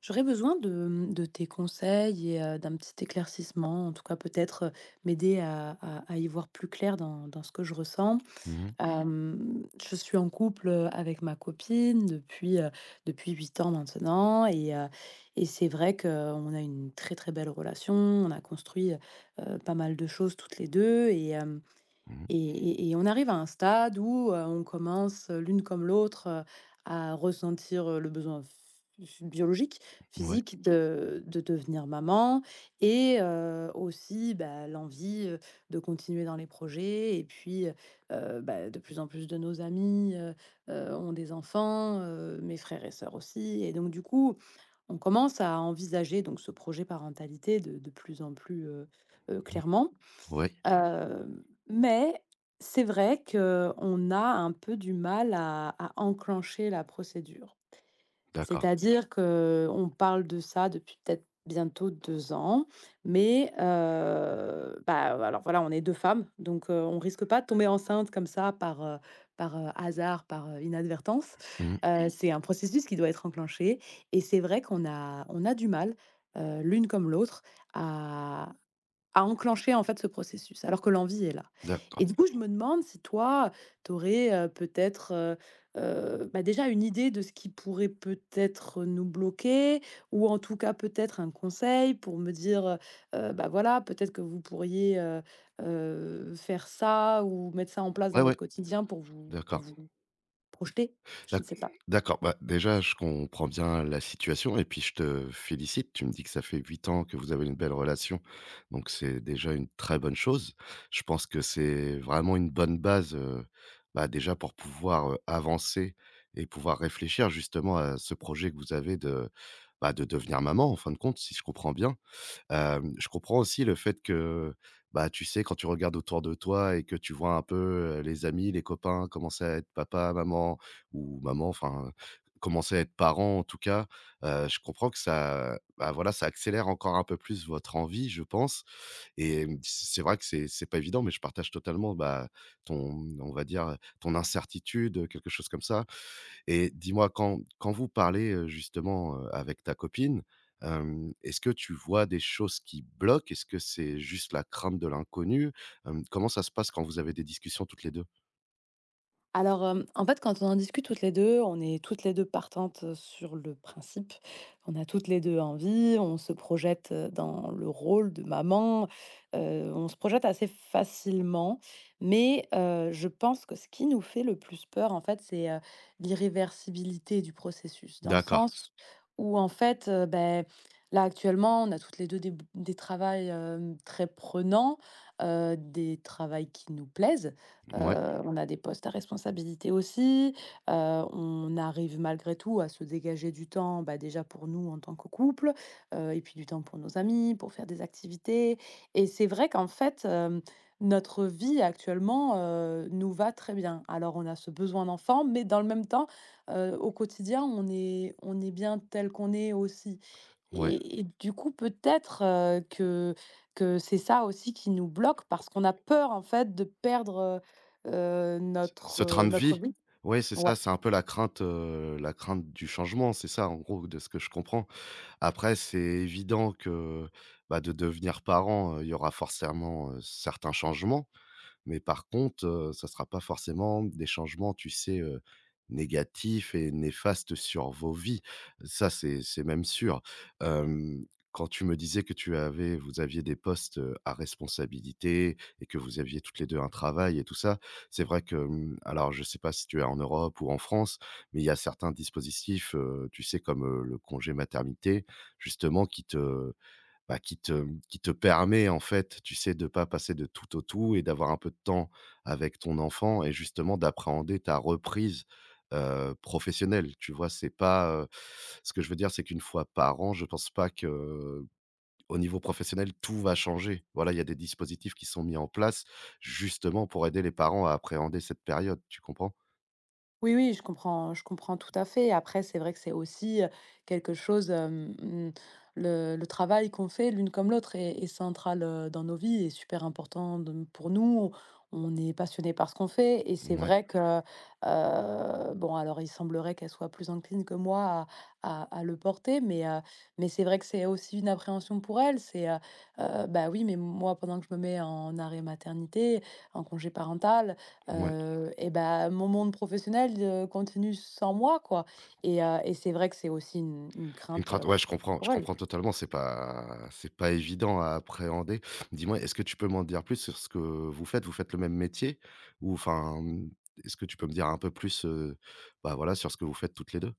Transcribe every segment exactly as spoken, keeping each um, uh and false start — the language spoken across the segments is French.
J'aurais besoin de, de tes conseils et euh, d'un petit éclaircissement, en tout cas peut-être euh, m'aider à, à- à y voir plus clair dans, dans ce que je ressens. Mmh mh. Mhm. Euh, je suis en couple euh, avec ma copine depuis, euh, depuis huit ans maintenant et, euh, et c'est vrai qu'on a une très très belle relation. On a construit euh, pas mal de choses toutes les deux, Mmh. et et et on arrive à un stade où, heu, on commence, heu, l'une comme l'autre, heu, à ressentir, heu, le besoin phy phy biologique, Ouais. physique de de devenir maman, et heu, aussi, bah, l'envie, heu, de continuer dans les projets. Et puis, heu bah, de plus en plus de nos amis, heu heu, ont des enfants, heu, mes frères et sœurs aussi, et donc du coup, on commence à envisager donc ce projet parentalité de de plus en plus, heu heu, Mmh. clairement. Ouais. Hem, mais c'est vrai qu'on a un peu du mal à à enclencher la procédure. D'accord. C'est-à-dire qu'on parle de ça depuis peut-être bientôt deux ans, mais heu, bah, alors voilà, on est deux femmes, donc heu, on risque pas de tomber enceinte comme ça par, heu, par, heu, hasard, par, heu, inadvertance. Mmh. Heu, Mmh. C'est un processus qui doit être enclenché, et c'est vrai qu'on a on a du mal, heu, l'une comme l'autre, à à enclencher, en fait, ce processus, alors que l'envie est là. Et D'accord. du coup, je me demande si toi, tu aurais, peut-être, heu heu, bah, déjà une idée de ce qui pourrait peut-être nous bloquer, ou en tout cas, peut-être un conseil pour me dire, heu bah, voilà, peut-être que vous pourriez, heu heu, faire ça ou mettre ça en place dans Ouais, votre ouais. quotidien pour vous pour D'accord. vous projeter? Je D'ac ne sais pas. d'accord. Bah, déjà, je comprends bien la situation et puis je te félicite. Tu me dis que ça fait huit ans que vous avez une belle relation, donc c'est déjà une très bonne chose. Je pense que c'est vraiment une bonne base, heu, bah, déjà pour pouvoir, heu, avancer et pouvoir réfléchir justement à ce projet que vous avez de, bah, de devenir maman en fin de compte, si je comprends bien. Hem, je comprends aussi le fait que, bah, tu sais, quand tu regardes autour de toi et que tu vois un peu, heu, les amis, les copains commencer à être papa, maman ou maman, enfin, commencer à être parent en tout cas, heu, je comprends que ça, bah, voilà, ça accélère encore un peu plus votre envie, je pense. Et mmh, c c'est vrai que c'est c'est pas évident, mais je partage totalement, bah, ton, on va dire, ton incertitude, quelque chose comme ça. Et dis-moi, quand quand vous parlez, heu, justement, heu, avec ta copine, hem, est-ce que tu vois des choses qui bloquent? Est-ce que c'est juste la crainte de l'inconnu? Hem, comment ça se passe quand vous avez des discussions toutes les deux? Alors, hem, en fait, quand on en discute toutes les deux, on est toutes les deux partantes, heu, sur le principe. On a toutes les deux envie, on se projette, heu, dans le rôle de maman, heu, on se projette assez facilement. Mais, heu, je pense que ce qui nous fait le plus peur, en fait, c'est, heu, l'irréversibilité du processus. Dans le D'accord, sens où, en fait, heu, beh, là, actuellement, on a toutes les deux des b des travails, hem, très prenants, heu, des travails qui nous plaisent. Heu, ouais, on a des postes à responsabilité aussi, heu, on arrive malgré tout à se dégager du temps, bah, déjà pour nous en tant que couple, heu et puis du temps pour nos amis, pour faire des activités. Et c'est vrai qu'en fait, hem, notre vie actuellement, heu, nous va très bien. Alors on a ce besoin d'enfant, mais dans le même temps, heu, au quotidien, on est on est bien tel qu'on est aussi, ouais. et et du coup peut-être, heu, que que c'est ça aussi qui nous bloque parce qu'on a peur en fait de perdre, Heu, Ce notre, ce train heu, de notre vie? vie. Ouais, c'est Ouais. ça, c'est un peu la crainte, heu, la crainte du changement, c'est ça, en gros, de ce que je comprends. Après, c'est évident que, bah, de devenir parent, heu, il y aura forcément, heu, certains changements. Mais par contre, heu, ça ne sera pas forcément des changements, tu sais, heu, négatifs et néfastes sur vos vies. Ça, c'est c'est même sûr. Hem, quand tu me disais que tu avais, vous aviez des postes, heu, à responsabilité et que vous aviez toutes les deux un travail et tout ça, c'est vrai que, mmh, alors je ne sais pas si tu es en Europe ou en France, mais il y a certains dispositifs, heu, tu sais, comme, heu, le congé maternité justement qui te, bah, qui te qui te permet en fait, tu sais, de pas passer de tout au tout et d'avoir un peu de temps avec ton enfant et justement d'appréhender ta reprise, heu, professionnelle. Tu vois? C'est pas, heu ce que je veux dire, c'est qu'une fois par an, je pense pas que au niveau professionnel, tout va changer. Voilà, il y a des dispositifs qui sont mis en place justement pour aider les parents à appréhender cette période, tu comprends? Oui, oui, je comprends je comprends tout à fait. Après, c'est vrai que c'est aussi, heu, quelque chose, hem, mmh, le le travail qu'on fait l'une comme l'autre est est central, heu, dans nos vies, est super important de pour nous. On est passionné par ce qu'on fait. Et c'est Ouais, vrai que, heu, bon, alors il semblerait qu'elle soit plus incline que moi à à à le porter, mais, heu, mais c'est vrai que c'est aussi une appréhension pour elle. C'est, heu, heu, bah, oui, mais moi pendant que je me mets en arrêt maternité, en congé parental, ouais. Heu et ben mon monde professionnel, heu, continue sans moi, quoi, et heu et c'est vrai que c'est aussi une une Une crainte, heu, crainte, ouais, je comprends je pour elle. comprends totalement, c'est pas, c'est pas évident à appréhender. Dis-moi, est-ce que tu peux m'en dire plus sur ce que vous faites? Vous faites le même métier? Ou enfin, mmh, est-ce que tu peux me dire un peu plus, heu, bah, voilà, sur ce que vous faites toutes les deux?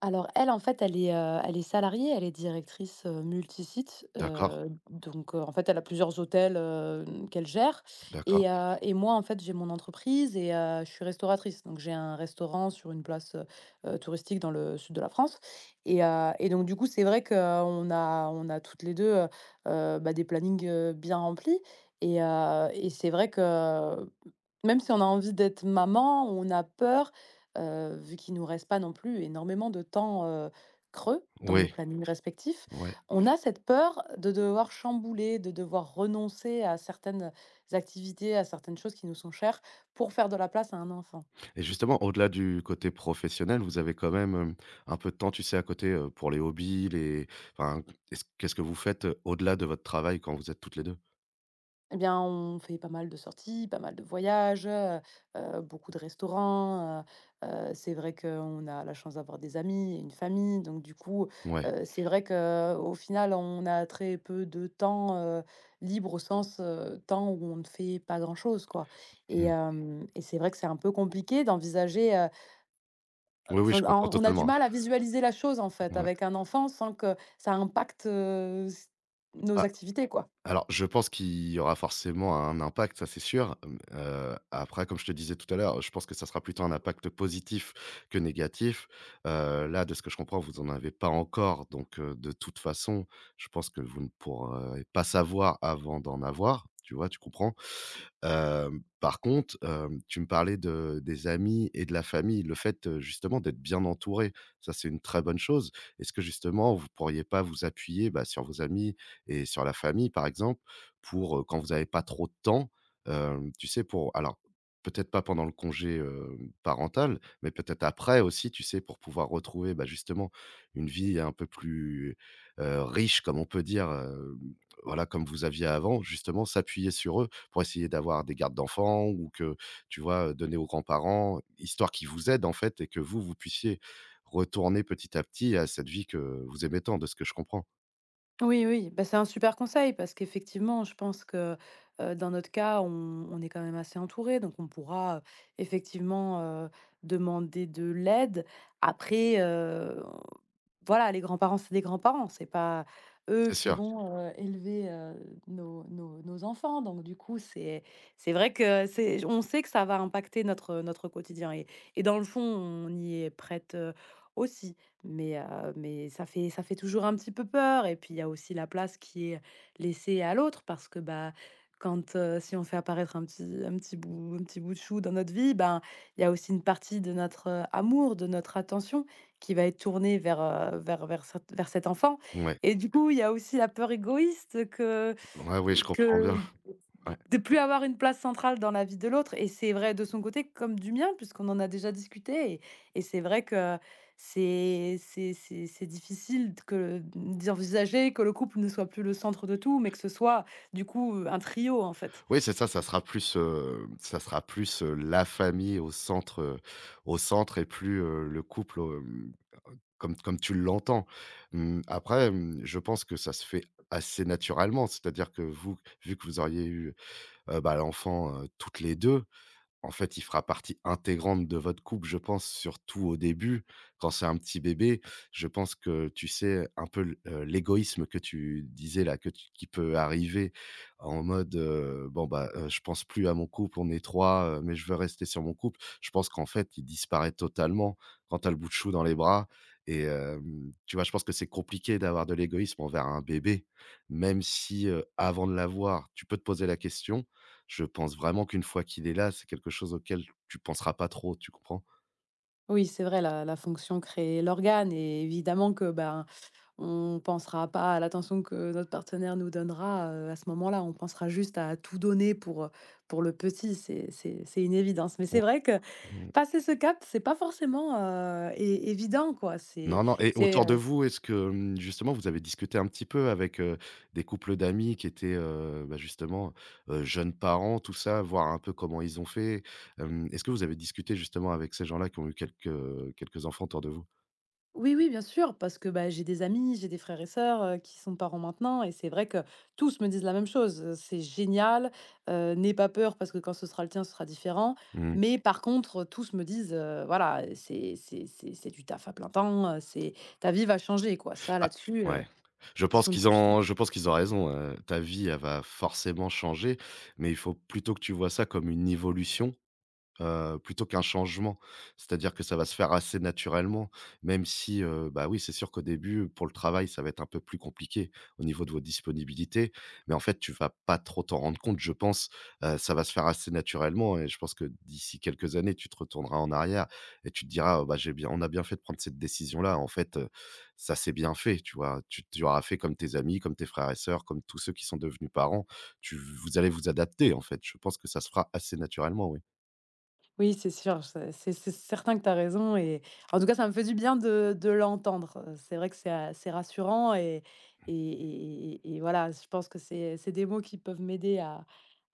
Alors elle, en fait, elle est, heu, elle est salariée, elle est directrice, heu, multi-sites, D'accord, donc heu, en fait, elle a plusieurs hôtels, hem, qu'elle gère, et d'accord. heu et moi, en fait, j'ai mon entreprise, et heu, je suis restauratrice, donc j'ai un restaurant sur une place, heu heu, touristique dans le sud de la France, et heu et donc du coup, c'est vrai qu'on a on a toutes les deux heu heu, bah, des plannings, heu, bien remplis. Et heu et c'est vrai que, même si on a envie d'être maman, on a peur, heu, vu qu'il nous reste pas non plus énormément de temps, heu, creux dans nos Oui, plannings respectifs. ouais. On Oui. a cette peur de devoir chambouler, de devoir renoncer à certaines activités, à certaines choses qui nous sont chères, pour faire de la place à un enfant. Et justement, au-delà du côté professionnel, vous avez quand même, hem, un peu de temps, tu sais, à côté, heu, pour les hobbies, les, enfin, est-ce qu'est-ce que vous faites, heu, au-delà de votre travail quand vous êtes toutes les deux? Eh bien, on fait pas mal de sorties, pas mal de voyages, heu heu, beaucoup de restaurants, heu heu, c'est vrai qu'on a la chance d'avoir des amis et une famille, donc du coup, Ouais, heu, c'est vrai que au final, on a très peu de temps, heu, libre au sens, heu, temps où on ne fait pas grand-chose, quoi. Et mmh. hem et c'est vrai que c'est un peu compliqué d'envisager, heu, Oui, oui, enfin, je comprends en on a du totalement, mal à visualiser la chose, en fait, hein. Ouais. Ah avec un enfant sans que ça impacte, heu, s nos activités, quoi. Alors, je pense qu'il y aura forcément un impact, ça c'est sûr. Hem, après, comme je te disais tout à l'heure, je pense que ça sera plutôt un impact positif que négatif. Heu, là, de ce que je comprends, vous en avez pas encore, donc heu, de toute façon, je pense que vous ne pourrez pas savoir avant d'en avoir, tu vois? Tu comprends? Hem, par contre, hem, tu me parlais de des amis et de la famille. Le fait, heu, justement d'être bien entouré, ça c'est une très bonne chose. Est-ce que justement vous pourriez pas vous appuyer, bah, sur vos amis, et sur la famille, par exemple, pour, heu, quand vous avez pas trop de temps, hem, tu sais, pour, alors peut-être pas pendant le congé, heu, parental, mais peut-être après aussi, tu sais, pour pouvoir retrouver, bah, justement une vie un peu plus, heu, riche, comme on peut dire, hem, voilà, comme vous aviez avant, justement s'appuyer sur eux pour essayer d'avoir des gardes d'enfants ou que, tu vois, donner aux grands-parents, histoire qu'ils vous aident, en fait, et que vous, vous puissiez retourner petit à petit à cette vie que vous aimez tant, de ce que je comprends. Oui, oui, bah, c'est un super conseil parce qu'effectivement, je pense que, heu, dans notre cas, on on est quand même assez entouré, donc on pourra, heu, effectivement, heu, demander de l'aide. Après, heu, voilà, les grands-parents, c'est des grands-parents, c'est pas eux C'est qui sûr, vont, heu, élever, heu, nos nos nos enfants, donc du coup, c'est c'est vrai que c'est on sait que ça va impacter notre, notre quotidien, et et dans le fond, on y est prête, heu, aussi. Mais heu, mais ça fait ça fait toujours un petit peu peur. Et puis il y a aussi la place qui est laissée à l'autre parce que, bah, quand, heu, si on fait apparaître un petit un petit bout un petit bout de chou dans notre vie, ben, il y a aussi une partie de notre, heu, amour, de notre attention qui va être tournée vers, heu, vers vers cet vers cet enfant, ouais. et du coup, il y a aussi la peur égoïste que Ouais, oui, je comprends que bien. Ouais. de plus avoir une place centrale dans la vie de l'autre. Et c'est vrai de son côté comme du mien puisqu'on en a déjà discuté, et et c'est vrai que c'est c'est c'est c'est difficile que d'envisager que le couple ne soit plus le centre de tout, mais que ce soit du coup, un trio, en fait. Oui, c'est ça, ça sera plus, heu, ça sera plus, heu, la famille au centre, heu, au centre et plus, heu, le couple, hem, comme comme tu l'entends. Mmh, après, mmh, je pense que ça se fait assez naturellement, c'est-à-dire que vous, vu que vous auriez eu, heu, bah, l'enfant, heu, toutes les deux. En fait, il fera partie intégrante de votre couple, je pense, surtout au début, quand c'est un petit bébé. Je pense que, tu sais, un peu l- heu, l'égoïsme que tu disais là, que tu qui peut arriver en mode, heu: «Bon, bah, heu, je pense plus à mon couple, on est trois, heu, mais je veux rester sur mon couple». Je pense qu'en fait, il disparaît totalement quand tu as le bout de chou dans les bras et hem, tu vois, je pense que c'est compliqué d'avoir de l'égoïsme envers un bébé, même si, heu, avant de l'avoir, tu peux te poser la question. Je pense vraiment qu'une fois qu'il est là, c'est quelque chose auquel tu penseras pas trop, tu comprends? Oui, c'est vrai, la la fonction crée l'organe, et évidemment que, ben, on pensera pas à l'attention que notre partenaire nous donnera, heu, à ce moment-là. On pensera juste à tout donner pour, pour le petit, c'est c'est c'est une évidence. Mais c'est Ou vrai que mmh. passer ce cap, c'est pas forcément, heu, é évident quoi, c'est Non, non, et c'est, autour de heu vous, est-ce que, mmh, justement, vous avez discuté un petit peu avec, heu, des couples d'amis qui étaient, heu, bah, justement, heu, jeunes parents, tout ça, voir un peu comment ils ont fait? Hem, est-ce que vous avez discuté justement avec ces gens-là qui ont eu quelques, quelques enfants autour de vous? oui, oui, bien sûr, parce que, bah, j'ai des amis, j'ai des frères et sœurs, heu, qui sont parents maintenant, et c'est vrai que tous me disent la même chose, heu: «C'est génial, heu, n'aie pas peur parce que quand ce sera le tien, ce sera différent». Mmh. Mais par contre, tous me disent, heu: «Voilà, c'est c'est c'est c'est du taf à plein temps, heu, c'est ta vie va changer quoi». Ça Ah, là-dessus, heu, ouais. Je ils pense sont qu'ils tous ont Je pense qu'ils ont raison, heu, ta vie, elle va forcément changer, mais il faut plutôt que tu vois ça comme une évolution heu, plutôt qu'un changement. C'est-à-dire que ça va se faire assez naturellement, même si, heu, bah, oui, c'est sûr qu'au début, pour le travail, ça va être un peu plus compliqué au niveau de vos disponibilités. Mais en fait, tu vas pas trop t'en rendre compte, je pense. Heu, ça va se faire assez naturellement et je pense que d'ici quelques années, tu te retourneras en arrière et tu te diras: «Oh, bah, j'ai bien on a bien fait de prendre cette décision-là. En fait, heu, ça s'est bien fait», tu vois? Tu tu auras fait comme tes amis, comme tes frères et sœurs, comme tous ceux qui sont devenus parents. Tu Vous allez vous adapter, en fait. Je pense que ça se fera assez naturellement, oui. oui, c'est sûr, c'est c'est c'est certain que tu as raison. Et en tout cas, ça me fait du bien de de l'entendre. Heu, c'est vrai que c'est a c'est rassurant, et et et et et voilà, je pense que c'est c'est des mots qui peuvent m'aider à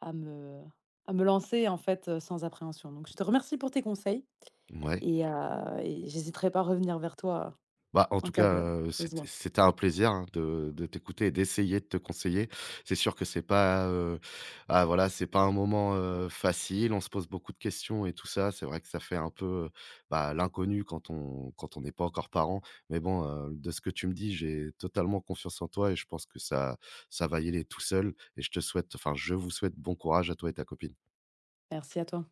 à me à me lancer, en fait, heu, sans appréhension. Donc je te remercie pour tes conseils, Mouais. et heu et j'hésiterai pas à revenir vers toi Bah, en en tout cas de cas, heu, c'était besoin. c'était un plaisir, hein, de de t'écouter et d'essayer de te conseiller. C'est sûr que c'est pas, heu, ah voilà, c'est pas un moment, heu, facile. On se pose beaucoup de questions et tout ça. C'est vrai que ça fait un peu, heu, bah, l'inconnu quand on quand on n'est pas encore parent. Mais bon, heu, de ce que tu me dis, j'ai totalement confiance en toi et je pense que ça ça va y aller tout seul et je te souhaite, enfin, je vous souhaite bon courage à toi et ta copine. Merci à toi.